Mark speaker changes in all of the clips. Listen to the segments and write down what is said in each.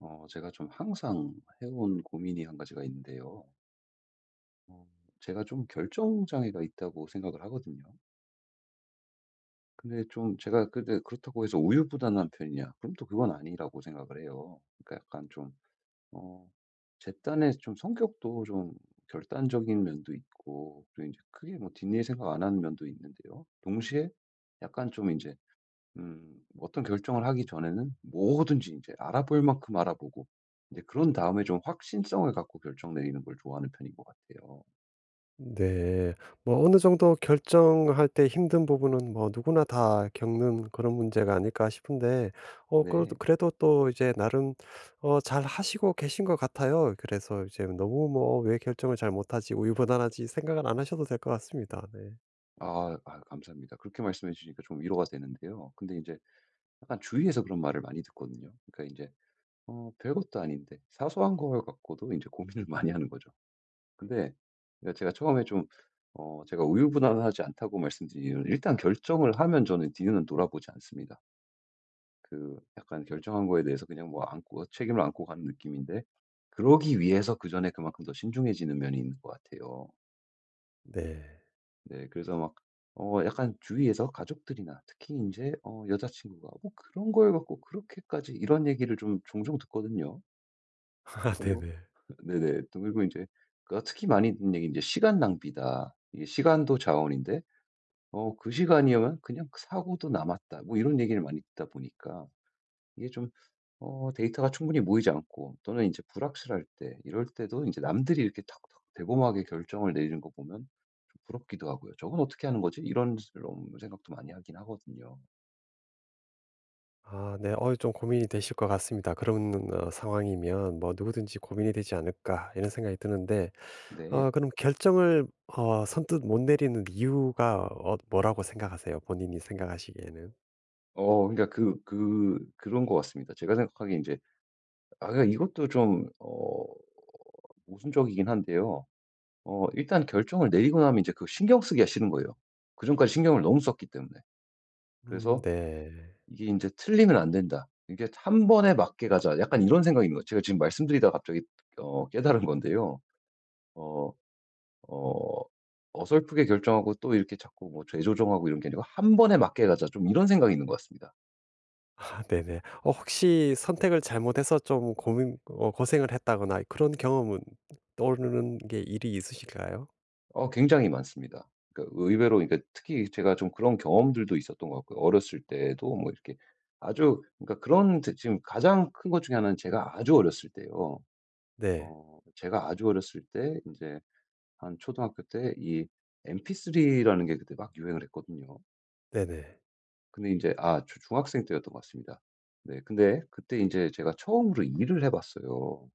Speaker 1: 제가 좀 항상 해온 고민이 한 가지가 있는데요. 어, 제가 좀 결정장애가 있다고 생각을 하거든요. 근데 좀 제가 근데 그렇다고 해서 우유부단한 편이냐? 그럼 또 그건 아니라고 생각을 해요. 그러니까 약간 좀, 어, 제 딴에 좀 성격도 좀 결단적인 면도 있고, 그리고 이제 크게 뭐 뒷일 생각 안 하는 면도 있는데요. 동시에 약간 좀 이제 어떤 결정을 하기 전에는 뭐든지 이제 알아볼 만큼 알아보고 이제 그런 다음에 좀 확신성을 갖고 결정 내리는 걸 좋아하는 편인 것 같아요.
Speaker 2: 네. 뭐 어느 정도 결정할 때 힘든 부분은 뭐 누구나 다 겪는 그런 문제가 아닐까 싶은데
Speaker 1: 네.
Speaker 2: 그래도 또 이제 나름 잘 하시고 계신 것 같아요. 그래서 이제 너무 뭐 '왜 결정을 잘 못하지? 우유부단하지?' 생각을 안 하셔도 될 것 같습니다. 네.
Speaker 1: 아 아 감사합니다. 그렇게 말씀해 주시니까 좀 위로가 되는데요. 근데 이제 약간 주위에서 그런 말을 많이 듣거든요. 그러니까 이제 별것도 아닌데 사소한 걸 갖고도 이제 고민을 많이 하는 거죠. 근데 그러니까 제가 처음에 좀 제가 우유부단하지 않다고 말씀드린 이유는 일단 결정을 하면 저는 뒤는 돌아보지 않습니다. 그 약간 결정한 거에 대해서 그냥 뭐 안고 책임을 안고 가는 느낌인데 그러기 위해서 그전에 그만큼 더 신중해지는 면이 있는 것 같아요.
Speaker 2: 네.
Speaker 1: 네. 그래서 막 약간 주위에서 가족들이나 특히 이제 여자친구가 "뭐 그런 걸 갖고 그렇게까지." 이런 얘기를 좀 종종 듣거든요.
Speaker 2: 아,
Speaker 1: 그리고
Speaker 2: 네네.
Speaker 1: 네네. 또 그리고 이제 그 특히 많이 듣는 얘기는 이제 "시간 낭비다. 이게 시간도 자원인데 그 시간이면 그냥 사고도 남았다." 뭐 이런 얘기를 많이 듣다 보니까 이게 좀 데이터가 충분히 모이지 않고 또는 이제 불확실할 때 이럴 때도 이제 남들이 이렇게 탁탁 대범하게 결정을 내리는 거 보면 좀 부럽기도 하고요. '저건 어떻게 하는 거지?' 이런 생각도 많이 하긴 하거든요.
Speaker 2: 아 네. 좀 고민이 되실 것 같습니다. 그런 상황이면 뭐 '누구든지 고민이 되지 않을까.' 이런 생각이 드는데
Speaker 1: 네.
Speaker 2: 그럼 결정을 선뜻 못 내리는 이유가 뭐라고 생각하세요? 본인이 생각하시기에는?
Speaker 1: 그러니까 그런 것 같습니다. 제가 생각하기에 이제 아 그러니까 이것도 좀 모순적이긴 한데요. 일단 결정을 내리고 나면 이제 그 신경 쓰기가 싫은 거예요. 그전까지 신경을 너무 썼기 때문에. 그래서
Speaker 2: 네.
Speaker 1: 이게 인제 '틀리면 안 된다. 이게 한 번에 맞게 가자.' 약간 이런 생각인 거예요. 제가 지금 말씀드리다가 갑자기 깨달은 건데요. 어 어 어설프게 결정하고 또 이렇게 자꾸 뭐 재조정하고 이런 게 아니고 한 번에 맞게 가자.' 좀 이런 생각이 있는 것 같습니다.
Speaker 2: 아 네네. 어 혹시 선택을 잘못해서 좀 고민 고생을 했다거나 그런 경험은 떠오르는 게 일이 있으실까요?
Speaker 1: 굉장히 많습니다. 그러니까 의외로 그러니까 특히 제가 좀 그런 경험들도 있었던 것 같고요. 어렸을 때도 뭐 이렇게 아주 그러니까 그런 제 지금 가장 큰 것 중에 하나는 제가 아주 어렸을 때요.
Speaker 2: 네.
Speaker 1: 제가 아주 어렸을 때 인제 한 초등학교 때 이 MP3라는 게 그때 막 유행을 했거든요.
Speaker 2: 네네.
Speaker 1: 근데 인제 아 주 중학생 때였던 것 같습니다. 네. 근데 그때 인제 제가 처음으로 일을 해 봤어요.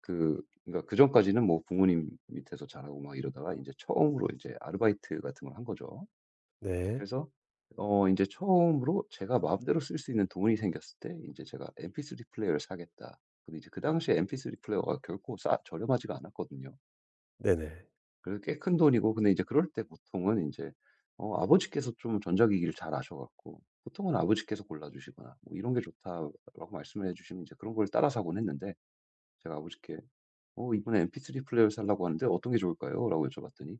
Speaker 1: 그 그러니까 그전까지는 뭐 부모님 밑에서 자라고 막 이러다가 인제 처음으로 이제 아르바이트 같은 걸 한 거죠.
Speaker 2: 네.
Speaker 1: 그래서 인제 처음으로 제가 마음대로 쓸 수 있는 돈이 생겼을 때 인제 제가 'MP3 플레이어를 사겠다.' 근데 이제 그 당시에 MP3 플레이어가 결코 싸 저렴하지가 않았거든요.
Speaker 2: 네네.
Speaker 1: 그래도 꽤 큰 돈이고 근데 이제 그럴 때 보통은 이제 아버지께서 좀 전자기기를 잘 아셔 갖고 보통은 아버지께서 골라 주시거나 뭐 "이런 게 좋다."라고 말씀을 해 주시면 이제 그런 걸 따라 사곤 했는데 제가 아버지께 "어 이번에 MP3 플레이어 살라고 하는데 어떤 게 좋을까요?"라고 여쭤봤더니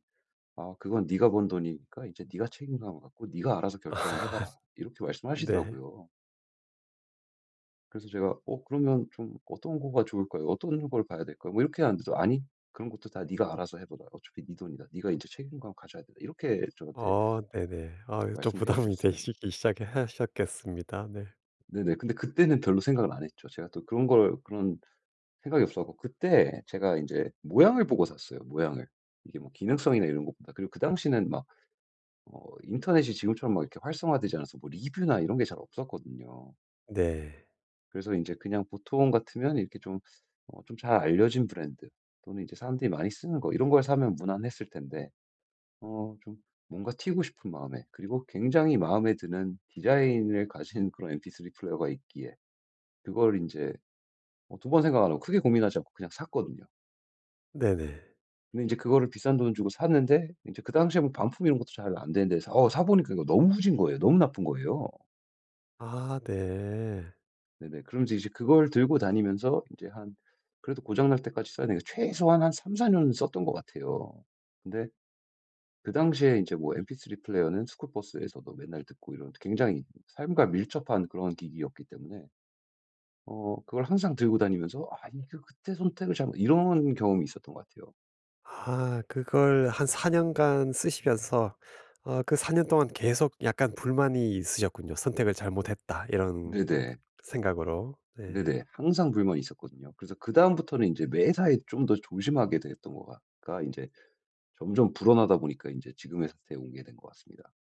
Speaker 1: "아 그건 네가 번 돈이니까 이제 네가 책임감을 갖고 네가 알아서 결정을 해 봐라." 이렇게
Speaker 2: 네.
Speaker 1: 말씀하시더라고요. 그래서 제가 "어 그러면 좀 어떤 거가 좋을까요? 어떤 걸 봐야 될까요?" 뭐 이렇게 하는데도 "아니 그런 것도 다 네가 알아서 해 보라. 어차피 네 돈이다. 네가 이제 책임감 가져야 된다." 이렇게 저한테
Speaker 2: 어 네네. 아 좀
Speaker 1: 말씀을 해
Speaker 2: 부담이
Speaker 1: 주셨어요.
Speaker 2: 되시기 시작해 하셨겠습니다. 네.
Speaker 1: 네네. 근데 그때는 별로 생각을 안 했죠. 제가 또 그런 걸 그런 생각이 없어 갖고 그때 제가 이제 모양을 보고 샀어요, 모양을. 이게 뭐 기능성이나 이런 것보다. 그리고 그 당시는 막 인터넷이 지금처럼 막 이렇게 활성화되지 않아서 뭐 리뷰나 이런 게 잘 없었거든요.
Speaker 2: 네.
Speaker 1: 그래서 이제 그냥 보통 같으면 이렇게 좀 잘 알려진 브랜드 또는 이제 사람들이 많이 쓰는 거 이런 걸 사면 무난했을 텐데 좀 뭔가 튀고 싶은 마음에 그리고 굉장히 마음에 드는 디자인을 가진 그런 MP3 플레이어가 있기에 그걸 이제 두 번 생각 안 하고 크게 고민하지 않고 그냥 샀거든요.
Speaker 2: 네네.
Speaker 1: 근데 이제 그거를 비싼 돈 주고 샀는데 이제 그 당시에 뭐 반품 이런 것도 잘 안 되는데 사 보니까 이거 너무 후진 거예요. 너무 나쁜 거예요.
Speaker 2: 아 네.
Speaker 1: 네네. 그러면서 이제 그걸 들고 다니면서 이제 한 그래도 고장 날 때까지 써야 되니까 최소한 한 3~4 년은 썼던 것 같아요. 근데 그 당시에 인제 뭐 MP3 플레이어는 스쿨버스에서도 맨날 듣고 이런 굉장히 삶과 밀접한 그런 기기였기 때문에 그걸 항상 들고 다니면서 '아 이거 그때 선택을 잘못' 이런 경험이 있었던 것 같아요.
Speaker 2: 아 그걸 한 4 년간 쓰시면서 어 그 4년 동안 계속 약간 불만이 있으셨군요. '선택을 잘못했다.' 이런
Speaker 1: 네네.
Speaker 2: 생각으로. 네.
Speaker 1: 네네. 항상 불만이 있었거든요. 그래서 그다음부터는 인제 매사에 좀 더 조심하게 됐던 거가 가 인제 점점 불어나다 보니까 인제 지금의 사태에 온게 된 것 같습니다.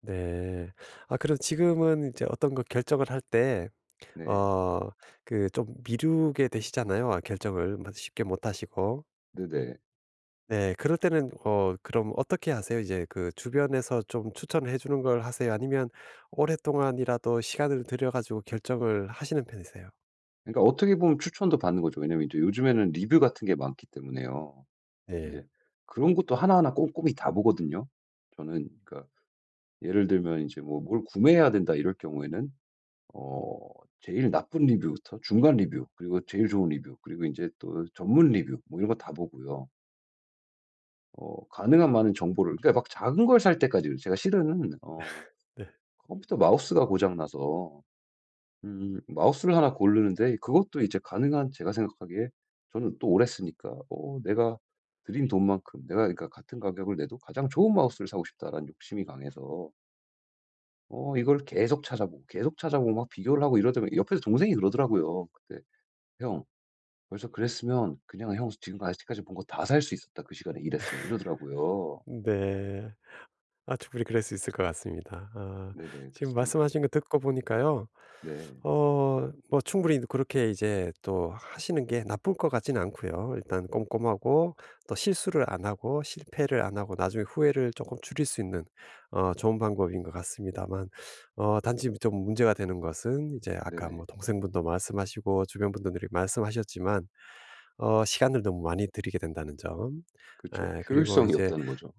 Speaker 2: 네. 아 그럼 지금은 이제 어떤 거 결정을 할 때
Speaker 1: 네.
Speaker 2: 어 그 좀 미루게 되시잖아요. 아 결정을 막 쉽게 못 하시고.
Speaker 1: 네네.
Speaker 2: 네. 그럴 때는 그럼 어떻게 하세요? 이제 그 주변에서 좀 추천을 해 주는 걸 하세요? 아니면 오랫동안이라도 시간을 들여 가지고 결정을 하시는 편이세요?
Speaker 1: 그러니까 어떻게 보면 추천도 받는 거죠. 왜냐면 이제 요즘에는 리뷰 같은 게 많기 때문에요. 이제
Speaker 2: 네,
Speaker 1: 그런 것도 하나하나 꼼꼼히 다 보거든요. 저는 그러니까 예를 들면 이제 뭐 뭘 구매해야 된다 이럴 경우에는 어 제일 나쁜 리뷰부터 중간 리뷰 그리고 제일 좋은 리뷰 그리고 이제 또 전문 리뷰 뭐 이런 거 다 보고요. 가능한 많은 정보를 그러니까 막 작은 걸 살 때까지 제가 실은
Speaker 2: 네.
Speaker 1: 컴퓨터 마우스가 고장 나서 마우스를 하나 고르는데 그것도 이제 가능한 제가 생각하기에 저는 또 오래 쓰니까 내가 들인 돈만큼 내가 그러니까 같은 가격을 내도 '가장 좋은 마우스를 사고 싶다.'라는 욕심이 강해서 이걸 계속 찾아보고 계속 찾아보고 막 비교를 하고 이러다 보니 옆에서 동생이 그러더라고요. 그때 "형 벌써 그랬으면 그냥 형 지금 아직까지 본 거 다 살 수 있었다. 그 시간에 일했으면." 이러더라고요.
Speaker 2: 네. 아 충분히 그럴 수 있을 것 같습니다. 아
Speaker 1: 네네. 그래서
Speaker 2: 지금
Speaker 1: 좀
Speaker 2: 말씀하신 거 듣고 보니까요.
Speaker 1: 네.
Speaker 2: 어 뭐 충분히 그렇게 이제 또 하시는 게 나쁠 것 같지는 않고요. 일단 꼼꼼하고 또 실수를 안 하고 실패를 안 하고 나중에 후회를 조금 줄일 수 있는 좋은 방법인 것 같습니다만 단지 좀 문제가 되는 것은 이제 아까
Speaker 1: 네네.
Speaker 2: 뭐 동생분도 말씀하시고 주변 분들이 말씀하셨지만 시간을 너무 많이 들이게 된다는 점.
Speaker 1: 그렇죠,
Speaker 2: 에, 그리고
Speaker 1: 효율성이
Speaker 2: 이제
Speaker 1: 없다는 거죠.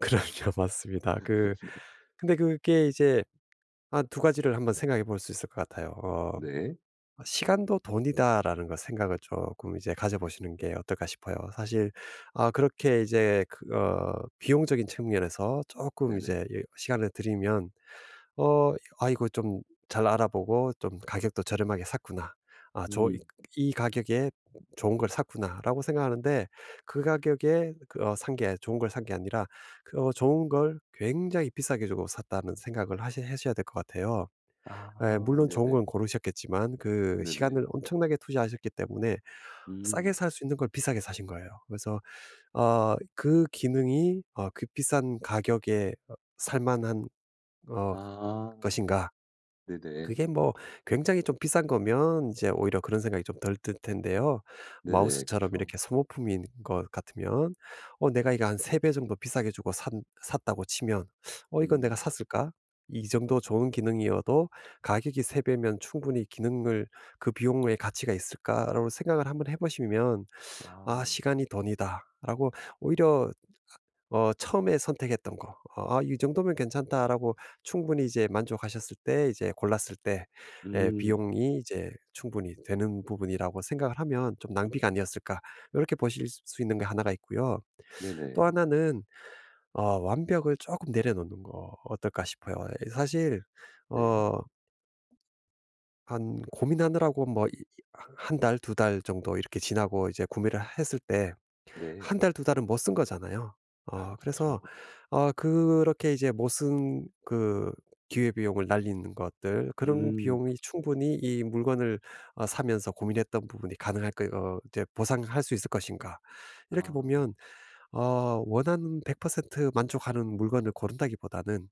Speaker 2: 그럼요. 맞습니다. 그, 근데 그게 이제 한 두 가지를 한번 생각해 볼 수 있을 것 같아요. 어
Speaker 1: 네.
Speaker 2: '시간도 돈이다.'라는 거 생각을 쪼끔 이제 가져보시는 게 어떨까 싶어요. 사실 아 그렇게 이제 그 비용적인 측면에서 쪼끔
Speaker 1: 네네.
Speaker 2: 이제 이 시간을 들이면 어 아이고 좀 잘 알아보고 좀 '가격도 저렴하게 샀구나. 아 저 이
Speaker 1: 음.
Speaker 2: 이 가격에 좋은 걸 샀구나.'라고 생각하는데 그 가격에 그 산 게 좋은 걸 산 게 아니라 그 좋은 걸 굉장히 비싸게 주고 샀다는 생각을 하셔야 될 것 같아요. 예,
Speaker 1: 아
Speaker 2: 물론 좋은
Speaker 1: 네네.
Speaker 2: 건 고르셨겠지만 그
Speaker 1: 네네.
Speaker 2: 시간을 엄청나게 투자하셨기 때문에 싸게
Speaker 1: 음.
Speaker 2: 살 수 있는 걸 비싸게 사신 거예요. 그래서 어 그 기능이 그 비싼 가격에 살 만한 어
Speaker 1: 아
Speaker 2: 것인가. 그게
Speaker 1: 네네.
Speaker 2: 뭐 굉장히 좀 비싼 거면 이제 오히려 그런 생각이 좀 덜 들 텐데요.
Speaker 1: 네네.
Speaker 2: 마우스처럼
Speaker 1: 그쵸.
Speaker 2: 이렇게 소모품인 것 같으면 내가 이거 한 3배 정도 비싸게 주고 산 샀다고 치면 '어 이건 내가
Speaker 1: 음.
Speaker 2: 샀을까? 이 정도 좋은 기능이어도 가격이 3 배면 충분히 기능을, 그 비용의 가치가 있을까?'라고 생각을 한번 해 보시면 '아
Speaker 1: 아.
Speaker 2: 시간이 돈이다.'라고, 오히려 처음에 선택했던 거, '아 이 정도면 괜찮다.'라고 충분히 이제 만족하셨을 때, 이제 골랐을 때 예
Speaker 1: 음.
Speaker 2: 비용이 이제 충분히 되는 부분이라고 생각을 하면 '좀 낭비가 아니었을까.' 이렇게 보실 수 있는 게 하나가 있고요. 또
Speaker 1: 네네.
Speaker 2: 하나는 완벽을 조금 내려놓는 거 어떨까 싶어요. 예, 사실
Speaker 1: 네.
Speaker 2: 어 한 고민하느라고 뭐 한 달 두 달 정도 이렇게 지나고 이제 구매를 했을 때
Speaker 1: 네.
Speaker 2: 한 달 두 달은 못 쓴 거잖아요.
Speaker 1: 아
Speaker 2: 어 그래서
Speaker 1: 그쵸.
Speaker 2: 그렇게 이제 못 쓴 그 기회비용을 날리는 것들, 그런
Speaker 1: 음.
Speaker 2: 비용이 충분히 이 물건을 사면서 고민했던 부분이 가능할 거 이제 보상할 수 있을 것인가. 이렇게
Speaker 1: 아.
Speaker 2: 보면 원하는 100% 만족하는 물건을 고른다기보다는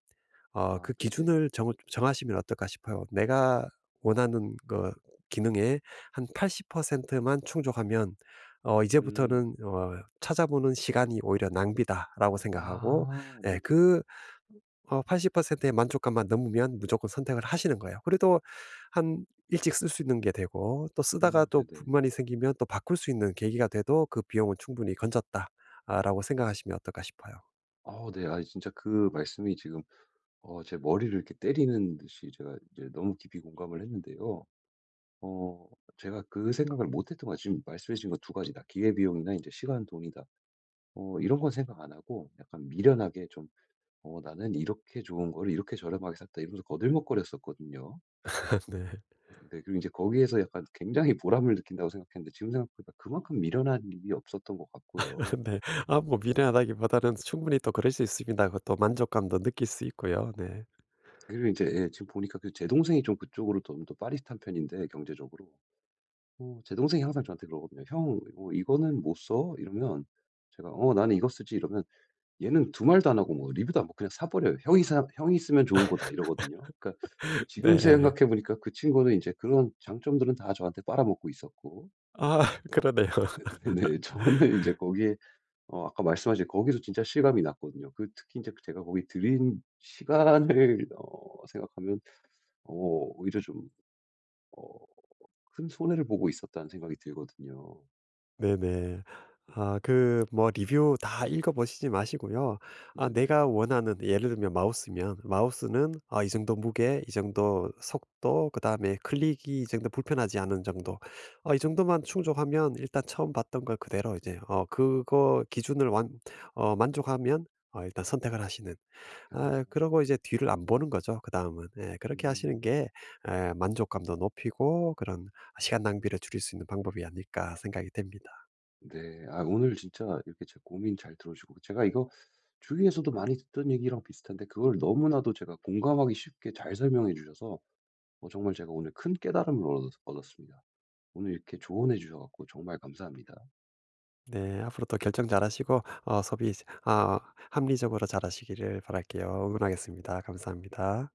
Speaker 1: 아
Speaker 2: 그
Speaker 1: 네네.
Speaker 2: 기준을 정 정하시면 어떨까 싶어요. 내가 원하는 거, 기능의 한 80%만 충족하면
Speaker 1: 음.
Speaker 2: 이제부터는 '찾아보는 시간이 오히려 낭비다.'라고 생각하고
Speaker 1: 아
Speaker 2: 예
Speaker 1: 네네.
Speaker 2: 그 어 80%의 만족감만 넘으면 무조건 선택을 하시는 거예요. 그래도 한, 일찍 쓸 수 있는 게 되고 또 쓰다가 또
Speaker 1: 네네.
Speaker 2: 불만이 생기면 또 바꿀 수 있는 계기가 돼도 그 비용은 충분히 건졌다. 아 라고 생각하시면 어떨까 싶어요.
Speaker 1: 네. 아 진짜 그 말씀이 지금 제 머리를 이렇게 때리는 듯이 제가 이제 너무 깊이 공감을 했는데요. 어 제가 그 생각을 못 했던 거 지금 말씀해 주신 거 두 가지 다 기회비용이나 이제 시간, 돈이다. 이런 건 생각 안 하고 약간 미련하게 좀 '어 나는 이렇게 좋은 거를 이렇게 저렴하게 샀다.' 이러면서 거들먹거렸었거든요.
Speaker 2: 네.
Speaker 1: 근데 그리고 이제 거기에서 약간 굉장히 보람을 느낀다고 생각했는데 지금 생각보니까 그만큼 미련한 일이 없었던 것 같고요.
Speaker 2: 근데 아 뭐 미련하다기보다는 충분히 또 그럴 수 있습니다. 그 또 만족감도 느낄 수 있고요. 네.
Speaker 1: 그리고 이제 예 지금 보니까 그 제 동생이 좀 그쪽으로 좀 더 빠릿한 편인데 경제적으로 제 동생이 항상 저한테 그러거든요. "형 어 이거는 못 써?" 이러면 제가 "어 나는 이거 쓰지." 이러면 얘는 두 말도 안 하고 뭐 리뷰도 안 보고 그냥 사 버려요. "형이 사 형이 쓰면 좋은 거다." 이러거든요. 그러니까 지금
Speaker 2: 네.
Speaker 1: 생각해 보니까 그 친구는 이제 그런 장점들은 다 저한테 빨아먹고 있었고
Speaker 2: 아 그러네요.
Speaker 1: 네네. 저는 이제 거기에 아까 말씀하신 거기서 진짜 실감이 났거든요. 그 특히 이제 제가 거기 들인 시간을 생각하면 오히려 좀 어 큰 손해를 보고 있었다는 생각이 들거든요.
Speaker 2: 네네.
Speaker 1: 네.
Speaker 2: 아 그 뭐 리뷰 다 읽어 보시지 마시고요. 아 내가
Speaker 1: 네네.
Speaker 2: 원하는, 예를 들면 마우스면 마우스는 아 이 정도 무게, 이 정도 속도, 그다음에 클릭이 이 정도 불편하지 않은 정도, 아 이 정도만 충족하면 일단 처음 봤던 걸 그대로 이제 그거 기준을 완 만족하면 일단 선택을 하시는,
Speaker 1: 아.
Speaker 2: 아 그러고 이제 뒤를 안 보는 거죠 그다음은. 예 그렇게 하시는
Speaker 1: 음.
Speaker 2: 게 예 만족감도 높이고 그런 '시간 낭비를 줄일 수 있는 방법이 아닐까.' 생각이 됩니다.
Speaker 1: 네. 아 오늘 진짜 이렇게 제 고민 잘 들어주고 제가 이거 주위에서도 많이 듣던 얘기랑 비슷한데 그걸 너무나도 제가 공감하기 쉽게 잘 설명해 주셔서 정말 제가 오늘 큰 깨달음을 얻었습니다. 오늘 이렇게 조언해 주셔 갖고 정말 감사합니다.
Speaker 2: 네, 앞으로도 결정 잘하시고 소비, 아 합리적으로 잘하시기를 바랄게요. 응원하겠습니다. 감사합니다.